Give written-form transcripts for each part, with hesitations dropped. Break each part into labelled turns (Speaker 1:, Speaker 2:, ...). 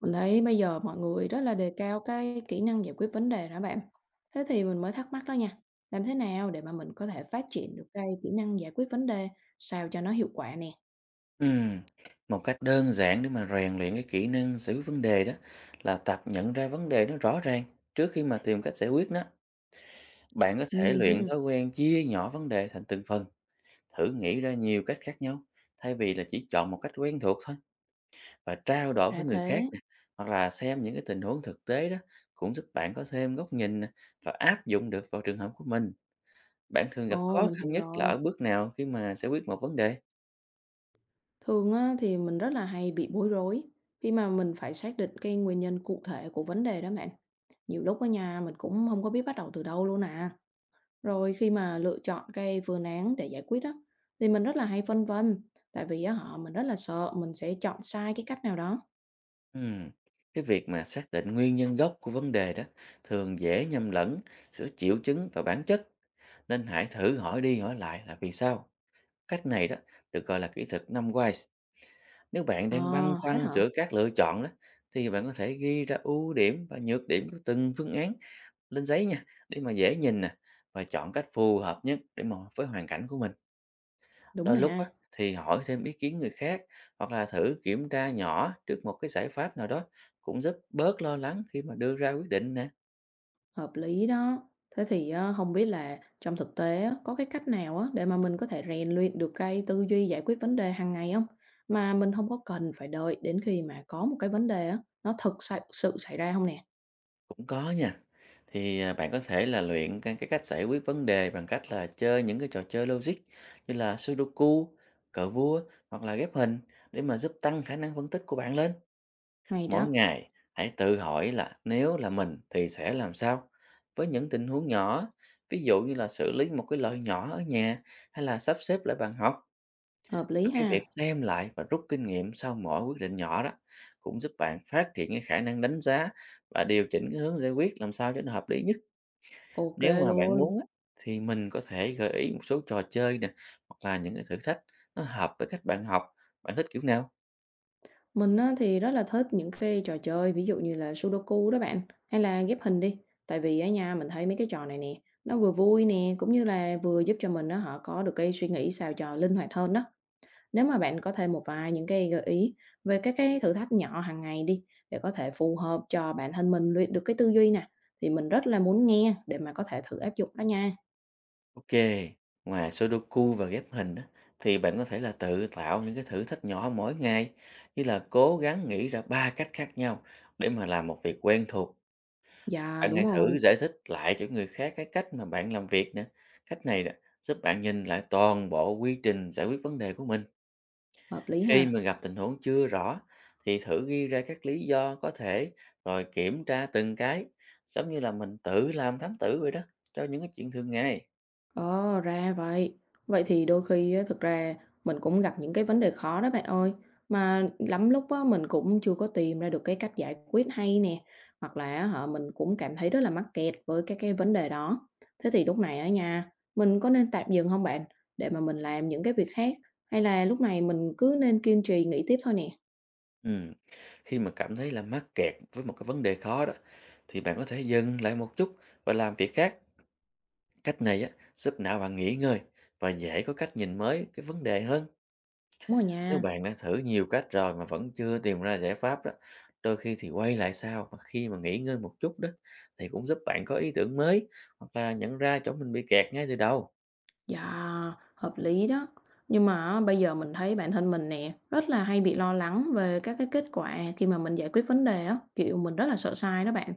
Speaker 1: Mình thấy bây giờ mọi người rất là đề cao cái kỹ năng giải quyết vấn đề đó bạn. Thế thì mình mới thắc mắc đó nha. Làm thế nào để mà mình có thể phát triển được cái kỹ năng giải quyết vấn đề sao cho nó hiệu quả nè?
Speaker 2: Ừm, Một cách đơn giản để mà rèn luyện cái kỹ năng giải quyết vấn đề đó là tập nhận ra vấn đề nó rõ ràng trước khi mà tìm cách giải quyết nó. Bạn có thể
Speaker 1: Ừ,
Speaker 2: luyện
Speaker 1: hừ,
Speaker 2: thói quen chia nhỏ vấn đề thành từng phần, thử nghĩ ra nhiều cách khác nhau thay vì là chỉ chọn một cách quen thuộc thôi và trao đổi
Speaker 1: ra
Speaker 2: với người khác
Speaker 1: thế.
Speaker 2: nè, hoặc là xem những cái tình huống thực tế đó cũng giúp bạn có thêm góc nhìn nè, và áp dụng được vào trường hợp của mình. Bạn thường gặp
Speaker 1: Ồ,
Speaker 2: khó
Speaker 1: mình
Speaker 2: khăn
Speaker 1: hiểu
Speaker 2: nhất là
Speaker 1: rồi.
Speaker 2: ở bước nào khi mà giải quyết một vấn đề?
Speaker 1: Thường á, thì mình rất là hay bị bối rối khi mà mình phải xác định cái nguyên nhân cụ thể của vấn đề đó bạn. Nhiều lúc ở nhà mình cũng không có biết bắt đầu từ đâu luôn à. Rồi khi mà lựa chọn cái phương án để giải quyết đó thì mình rất là hay phân vân, tại vì á họ mình rất là sợ mình sẽ chọn sai cái cách nào đó.
Speaker 2: Ừm, Cái việc mà xác định nguyên nhân gốc của vấn đề đó thường dễ nhầm lẫn giữa triệu chứng và bản chất. Nên hãy thử hỏi đi hỏi lại là vì sao. Cách này đó được gọi là kỹ thuật 5 Whys. Nếu bạn
Speaker 1: Ờ,
Speaker 2: đang băn
Speaker 1: thế
Speaker 2: khoăn
Speaker 1: hả?
Speaker 2: giữa các lựa chọn đó thì bạn có thể ghi ra ưu điểm và nhược điểm của từng phương án lên giấy nha để mà dễ nhìn nè, và chọn cách phù hợp nhất để mà với hoàn cảnh của mình.
Speaker 1: Đúng
Speaker 2: Đôi
Speaker 1: rồi
Speaker 2: lúc á,
Speaker 1: ha,
Speaker 2: thì hỏi thêm ý kiến người khác hoặc là thử kiểm tra nhỏ trước một cái giải pháp nào đó cũng giúp bớt lo lắng khi mà đưa ra quyết định nè.
Speaker 1: hợp lý đó. Thế thì ờ, không biết là trong thực tế á, có cái cách nào á để mà mình có thể rèn luyện được cái tư duy giải quyết vấn đề hàng ngày không? Mà mình không có cần phải đợi đến khi mà có một cái vấn đề á, nó thực sự sự xảy ra không nè?
Speaker 2: Cũng có nha. Thì bạn có thể là luyện cái cách giải quyết vấn đề bằng cách là chơi những cái trò chơi logic như là Sudoku, cờ vua hoặc là ghép hình để mà giúp tăng khả năng phân tích của bạn lên.
Speaker 1: Hay
Speaker 2: Mỗi
Speaker 1: đó,
Speaker 2: ngày hãy tự hỏi là nếu là mình thì sẽ làm sao với những tình huống nhỏ, ví dụ như là xử lý một cái lỗi nhỏ ở nhà hay là sắp xếp lại bàn học.
Speaker 1: hợp lý
Speaker 2: Và cái việc
Speaker 1: ha,
Speaker 2: xem lại và rút kinh nghiệm sau mỗi quyết định nhỏ đó cũng giúp bạn phát triển cái khả năng đánh giá và điều chỉnh cái hướng giải quyết làm sao cho nó hợp lý nhất.
Speaker 1: ok
Speaker 2: Nếu mà bạn
Speaker 1: luôn.
Speaker 2: muốn á, thì mình có thể gợi ý một số trò chơi nè, hoặc là những cái thử thách nó hợp với cách bạn học. Bạn thích kiểu nào?
Speaker 1: Mình á, thì rất là thích những cái trò chơi ví dụ như là Sudoku đó bạn, hay là ghép hình đi. Tại vì ở nhà mình thấy mấy cái trò này nè, nó vừa vui nè, cũng như là vừa giúp cho mình á, họ có được cái suy nghĩ sao cho linh hoạt hơn đó. Nếu mà bạn có thêm một vài những cái gợi ý về các cái thử thách nhỏ hàng ngày đi, để có thể phù hợp cho bản thân mình luyện được cái tư duy nè, thì mình rất là muốn nghe để mà có thể thử áp dụng đó nha.
Speaker 2: Ok, ngoài Sudoku và ghép hình á, thì bạn có thể là tự tạo những cái thử thách nhỏ mỗi ngày như là cố gắng nghĩ ra ba cách khác nhau để mà làm một việc quen thuộc.
Speaker 1: Dạ,
Speaker 2: Bạn
Speaker 1: đúng
Speaker 2: hãy
Speaker 1: rồi,
Speaker 2: thử giải thích lại cho người khác cái cách mà bạn làm việc nè. Cách này nè, giúp bạn nhìn lại toàn bộ quy trình giải quyết vấn đề của mình.
Speaker 1: hợp lý
Speaker 2: Khi mà
Speaker 1: ha.
Speaker 2: gặp tình huống chưa rõ thì thử ghi ra các lý do có thể rồi kiểm tra từng cái, giống như là mình tự làm thám tử vậy đó, cho những cái chuyện thường ngày.
Speaker 1: Ồ, ra vậy. Vậy thì đôi khi á, thực ra mình cũng gặp những cái vấn đề khó đó bạn ơi. Mà lắm lúc á, mình cũng chưa có tìm ra được cái cách giải quyết hay nè. Hoặc là á, hả, mình cũng cảm thấy rất là mắc kẹt với các cái vấn đề đó. Thế thì lúc này ở nhà mình có nên tạm dừng không bạn? Để mà mình làm những cái việc khác. Hay là lúc này mình cứ nên kiên trì nghĩ tiếp thôi nè.
Speaker 2: Ừm, Khi mà cảm thấy là mắc kẹt với một cái vấn đề khó đó thì bạn có thể dừng lại một chút và làm việc khác. Cách này á, giúp não bạn nghỉ ngơi và dễ có cách nhìn mới cái vấn đề hơn.
Speaker 1: Đúng rồi
Speaker 2: Nếu
Speaker 1: nha.
Speaker 2: bạn đã thử nhiều cách rồi mà vẫn chưa tìm ra giải pháp đó, đôi khi thì quay lại sau mà khi mà nghỉ ngơi một chút đó thì cũng giúp bạn có ý tưởng mới hoặc là nhận ra chỗ mình bị kẹt ngay từ đầu.
Speaker 1: Dạ, hợp lý đó. Nhưng mà á, bây giờ mình thấy bản thân mình nè, rất là hay bị lo lắng về các cái kết quả khi mà mình giải quyết vấn đề á, kiểu mình rất là sợ sai đó bạn.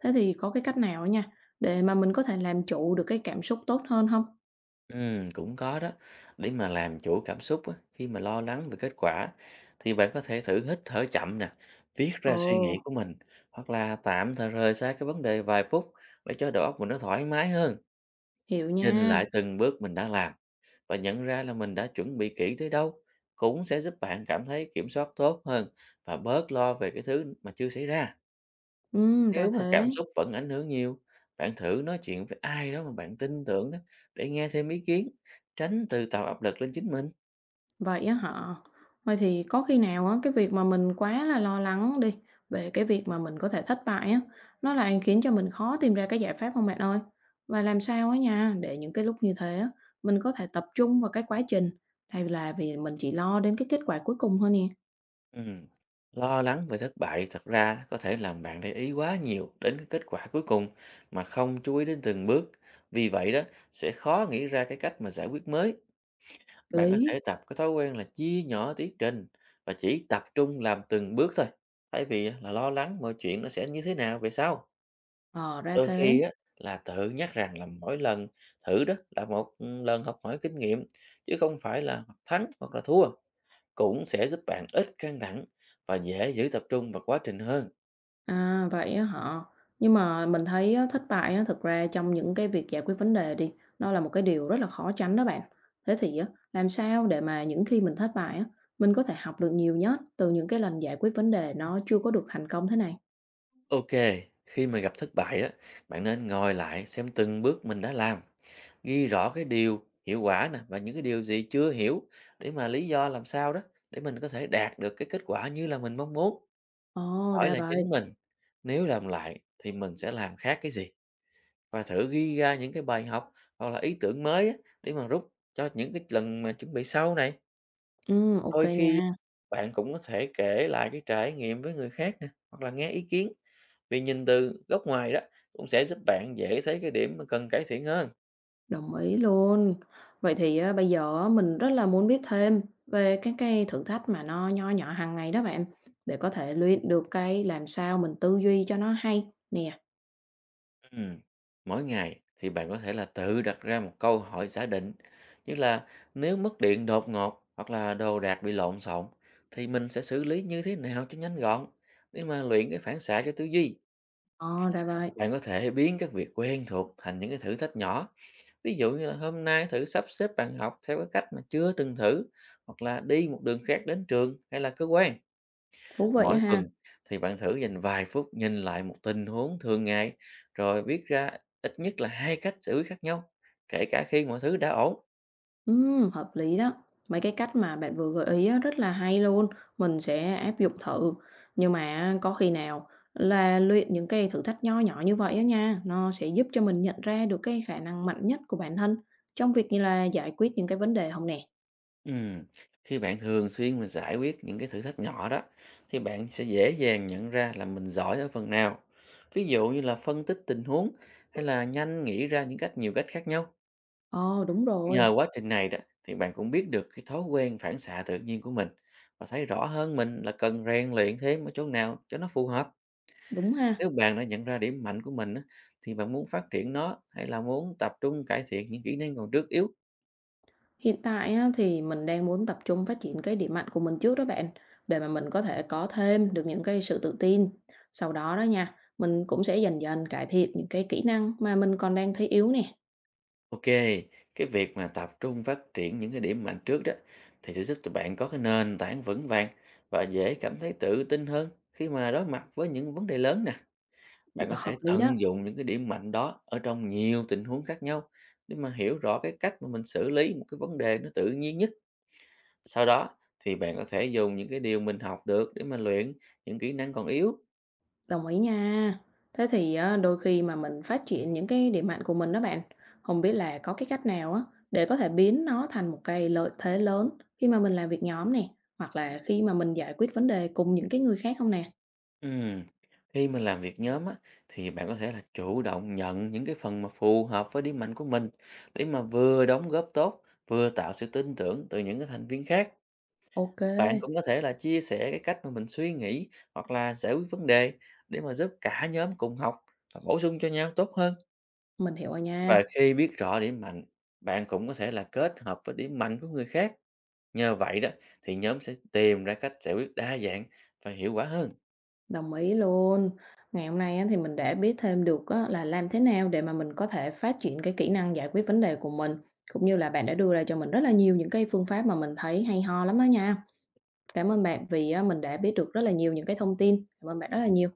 Speaker 1: Thế thì có cái cách nào á nha, để mà mình có thể làm chủ được cái cảm xúc tốt hơn không?
Speaker 2: Ừ, cũng có đó. Để mà làm chủ cảm xúc á, khi mà lo lắng về kết quả thì bạn có thể thử hít thở chậm nè, viết
Speaker 1: Ồ,
Speaker 2: ra suy nghĩ của mình hoặc là tạm thời rời xa cái vấn đề vài phút để cho đầu óc mình nó thoải mái hơn.
Speaker 1: hiểu
Speaker 2: Nhìn
Speaker 1: nha.
Speaker 2: lại từng bước mình đã làm và nhận ra là mình đã chuẩn bị kỹ tới đâu cũng sẽ giúp bạn cảm thấy kiểm soát tốt hơn và bớt lo về cái thứ mà chưa xảy ra.
Speaker 1: Ừ, ra
Speaker 2: Nếu mà cảm
Speaker 1: thế.
Speaker 2: xúc vẫn ảnh hưởng nhiều, bạn thử nói chuyện với ai đó mà bạn tin tưởng đó để nghe thêm ý kiến, tránh tự tạo áp lực lên chính mình.
Speaker 1: Vậy á hả? Vậy thì có khi nào á, cái việc mà mình quá là lo lắng đi về cái việc mà mình có thể thất bại á, nó lại khiến cho mình khó tìm ra cái giải pháp không bạn ơi? Và làm sao á nha, để những cái lúc như thế á, mình có thể tập trung vào cái quá trình thay vì là mình chỉ lo đến cái kết quả cuối cùng thôi nè.
Speaker 2: Ừm, Lo lắng về thất bại thật ra có thể làm bạn để ý quá nhiều đến cái kết quả cuối cùng mà không chú ý đến từng bước. Vì vậy đó sẽ khó nghĩ ra cái cách mà giải quyết mới. Bạn có thể
Speaker 1: Lý.
Speaker 2: tập cái thói quen là chia nhỏ tiến trình và chỉ tập trung làm từng bước thôi, thay vì là lo lắng mọi chuyện nó sẽ như thế nào về sau.
Speaker 1: Ờ, ra
Speaker 2: Đôi khi
Speaker 1: thế.
Speaker 2: á, là tự nhắc rằng là mỗi lần thử đó là một lần học hỏi kinh nghiệm, chứ không phải là thắng hoặc là thua, cũng sẽ giúp bạn ít căng thẳng và dễ giữ tập trung vào quá trình hơn.
Speaker 1: À, vậy á hả? Nhưng mà mình thấy á, thất bại á, thực ra trong những cái việc giải quyết vấn đề đi, nó là một cái điều rất là khó tránh đó bạn. Thế thì á, làm sao để mà những khi mình thất bại á, mình có thể học được nhiều nhất từ những cái lần giải quyết vấn đề nó chưa có được thành công thế này?
Speaker 2: Ok, khi mà gặp thất bại đó, bạn nên ngồi lại xem từng bước mình đã làm. Ghi rõ cái điều hiệu quả nè và những cái điều gì chưa hiểu để mà lý do làm sao đó để mình có thể đạt được cái kết quả như là mình mong muốn.
Speaker 1: Ồ,
Speaker 2: Hỏi
Speaker 1: ra
Speaker 2: là chính
Speaker 1: vậy.
Speaker 2: mình, nếu làm lại thì mình sẽ làm khác cái gì? Và thử ghi ra những cái bài học hoặc là ý tưởng mới á, để mà rút cho những cái lần mà chuẩn bị sau này.
Speaker 1: Ừ, ok
Speaker 2: Đôi khi
Speaker 1: nha,
Speaker 2: bạn cũng có thể kể lại cái trải nghiệm với người khác nè, hoặc là nghe ý kiến, vì nhìn từ góc ngoài đó cũng sẽ giúp bạn dễ thấy cái điểm mà cần cải thiện hơn.
Speaker 1: đồng ý luôn. Vậy thì á, bây giờ á, mình rất là muốn biết thêm về các cái thử thách mà nó nho nhỏ hàng ngày đó bạn, để có thể luyện được cái làm sao mình tư duy cho nó hay nè.
Speaker 2: Ừm, Mỗi ngày thì bạn có thể là tự đặt ra một câu hỏi giả định như là nếu mất điện đột ngột hoặc là đồ đạc bị lộn xộn thì mình sẽ xử lý như thế nào cho nhanh gọn để mà luyện cái phản xạ cho tư duy.
Speaker 1: Ồ, ra vậy.
Speaker 2: Bạn có thể biến các việc quen thuộc thành những cái thử thách nhỏ. Ví dụ như là hôm nay thử sắp xếp bàn học theo cái cách mà chưa từng thử, hoặc là đi một đường khác đến trường hay là cơ quan.
Speaker 1: Thú vị
Speaker 2: Mỗi
Speaker 1: ha.
Speaker 2: tuần thì bạn thử dành vài phút nhìn lại một tình huống thường ngày rồi viết ra ít nhất là hai cách xử lý khác nhau, kể cả khi mọi thứ đã ổn.
Speaker 1: Hợp lý đó. Mấy cái cách mà bạn vừa gợi ý á, rất là hay luôn. Mình sẽ áp dụng thử. Nhưng mà có khi nào là luyện những cái thử thách nho nhỏ như vậy á nha, nó sẽ giúp cho mình nhận ra được cái khả năng mạnh nhất của bản thân trong việc như là giải quyết những cái vấn đề không nè.
Speaker 2: Ừm, Khi bạn thường xuyên mà giải quyết những cái thử thách nhỏ đó thì bạn sẽ dễ dàng nhận ra là mình giỏi ở phần nào. Ví dụ như là phân tích tình huống hay là nhanh nghĩ ra những cách nhiều cách khác nhau.
Speaker 1: Ồ, đúng
Speaker 2: Nhờ
Speaker 1: rồi.
Speaker 2: quá trình này đó thì bạn cũng biết được cái thói quen phản xạ tự nhiên của mình và thấy rõ hơn mình là cần rèn luyện thêm ở chỗ nào cho nó phù hợp.
Speaker 1: Đúng ha.
Speaker 2: Nếu bạn đã nhận ra điểm mạnh của mình á, thì bạn muốn phát triển nó hay là muốn tập trung cải thiện những kỹ năng còn trước yếu?
Speaker 1: Hiện tại á, thì mình đang muốn tập trung phát triển cái điểm mạnh của mình trước đó bạn, để mà mình có thể có thêm được những cái sự tự tin. Sau đó đó nha, mình cũng sẽ dần dần cải thiện những cái kỹ năng mà mình còn đang thấy yếu nè.
Speaker 2: Ok, cái việc mà tập trung phát triển những cái điểm mạnh trước đó thì sẽ giúp cho bạn có cái nền tảng vững vàng và dễ cảm thấy tự tin hơn khi mà đối mặt với những vấn đề lớn nè. Bạn có
Speaker 1: Hợp
Speaker 2: thể
Speaker 1: lý đó,
Speaker 2: tận dụng những cái điểm mạnh đó ở trong nhiều tình huống khác nhau để mà hiểu rõ cái cách mà mình xử lý một cái vấn đề nó tự nhiên nhất. Sau đó thì bạn có thể dùng những cái điều mình học được để mà luyện những kỹ năng còn yếu.
Speaker 1: đồng ý nha. Thế thì á, đôi khi mà mình phát triển những cái điểm mạnh của mình đó bạn, không biết là có cái cách nào á để có thể biến nó thành một cái lợi thế lớn khi mà mình làm việc nhóm nè, hoặc là khi mà mình giải quyết vấn đề cùng những cái người khác không nè.
Speaker 2: Ừm, Khi mình làm việc nhóm á, thì bạn có thể là chủ động nhận những cái phần mà phù hợp với điểm mạnh của mình để mà vừa đóng góp tốt, vừa tạo sự tin tưởng từ những cái thành viên khác.
Speaker 1: Ok,
Speaker 2: Bạn cũng có thể là chia sẻ cái cách mà mình suy nghĩ hoặc là giải quyết vấn đề để mà giúp cả nhóm cùng học và bổ sung cho nhau tốt hơn.
Speaker 1: mình hiểu rồi nha.
Speaker 2: Và khi biết rõ điểm mạnh, bạn cũng có thể là kết hợp với điểm mạnh của người khác. Nhờ vậy đó thì nhóm sẽ tìm ra cách giải quyết đa dạng và hiệu quả hơn.
Speaker 1: Đồng ý luôn. Ngày hôm nay á, thì mình đã biết thêm được á, là làm thế nào để mà mình có thể phát triển cái kỹ năng giải quyết vấn đề của mình, cũng như là bạn đã đưa ra cho mình rất là nhiều những cái phương pháp mà mình thấy hay ho lắm á nha. Cảm ơn bạn vì á, mình đã biết được rất là nhiều những cái thông tin. Cảm ơn bạn rất là nhiều.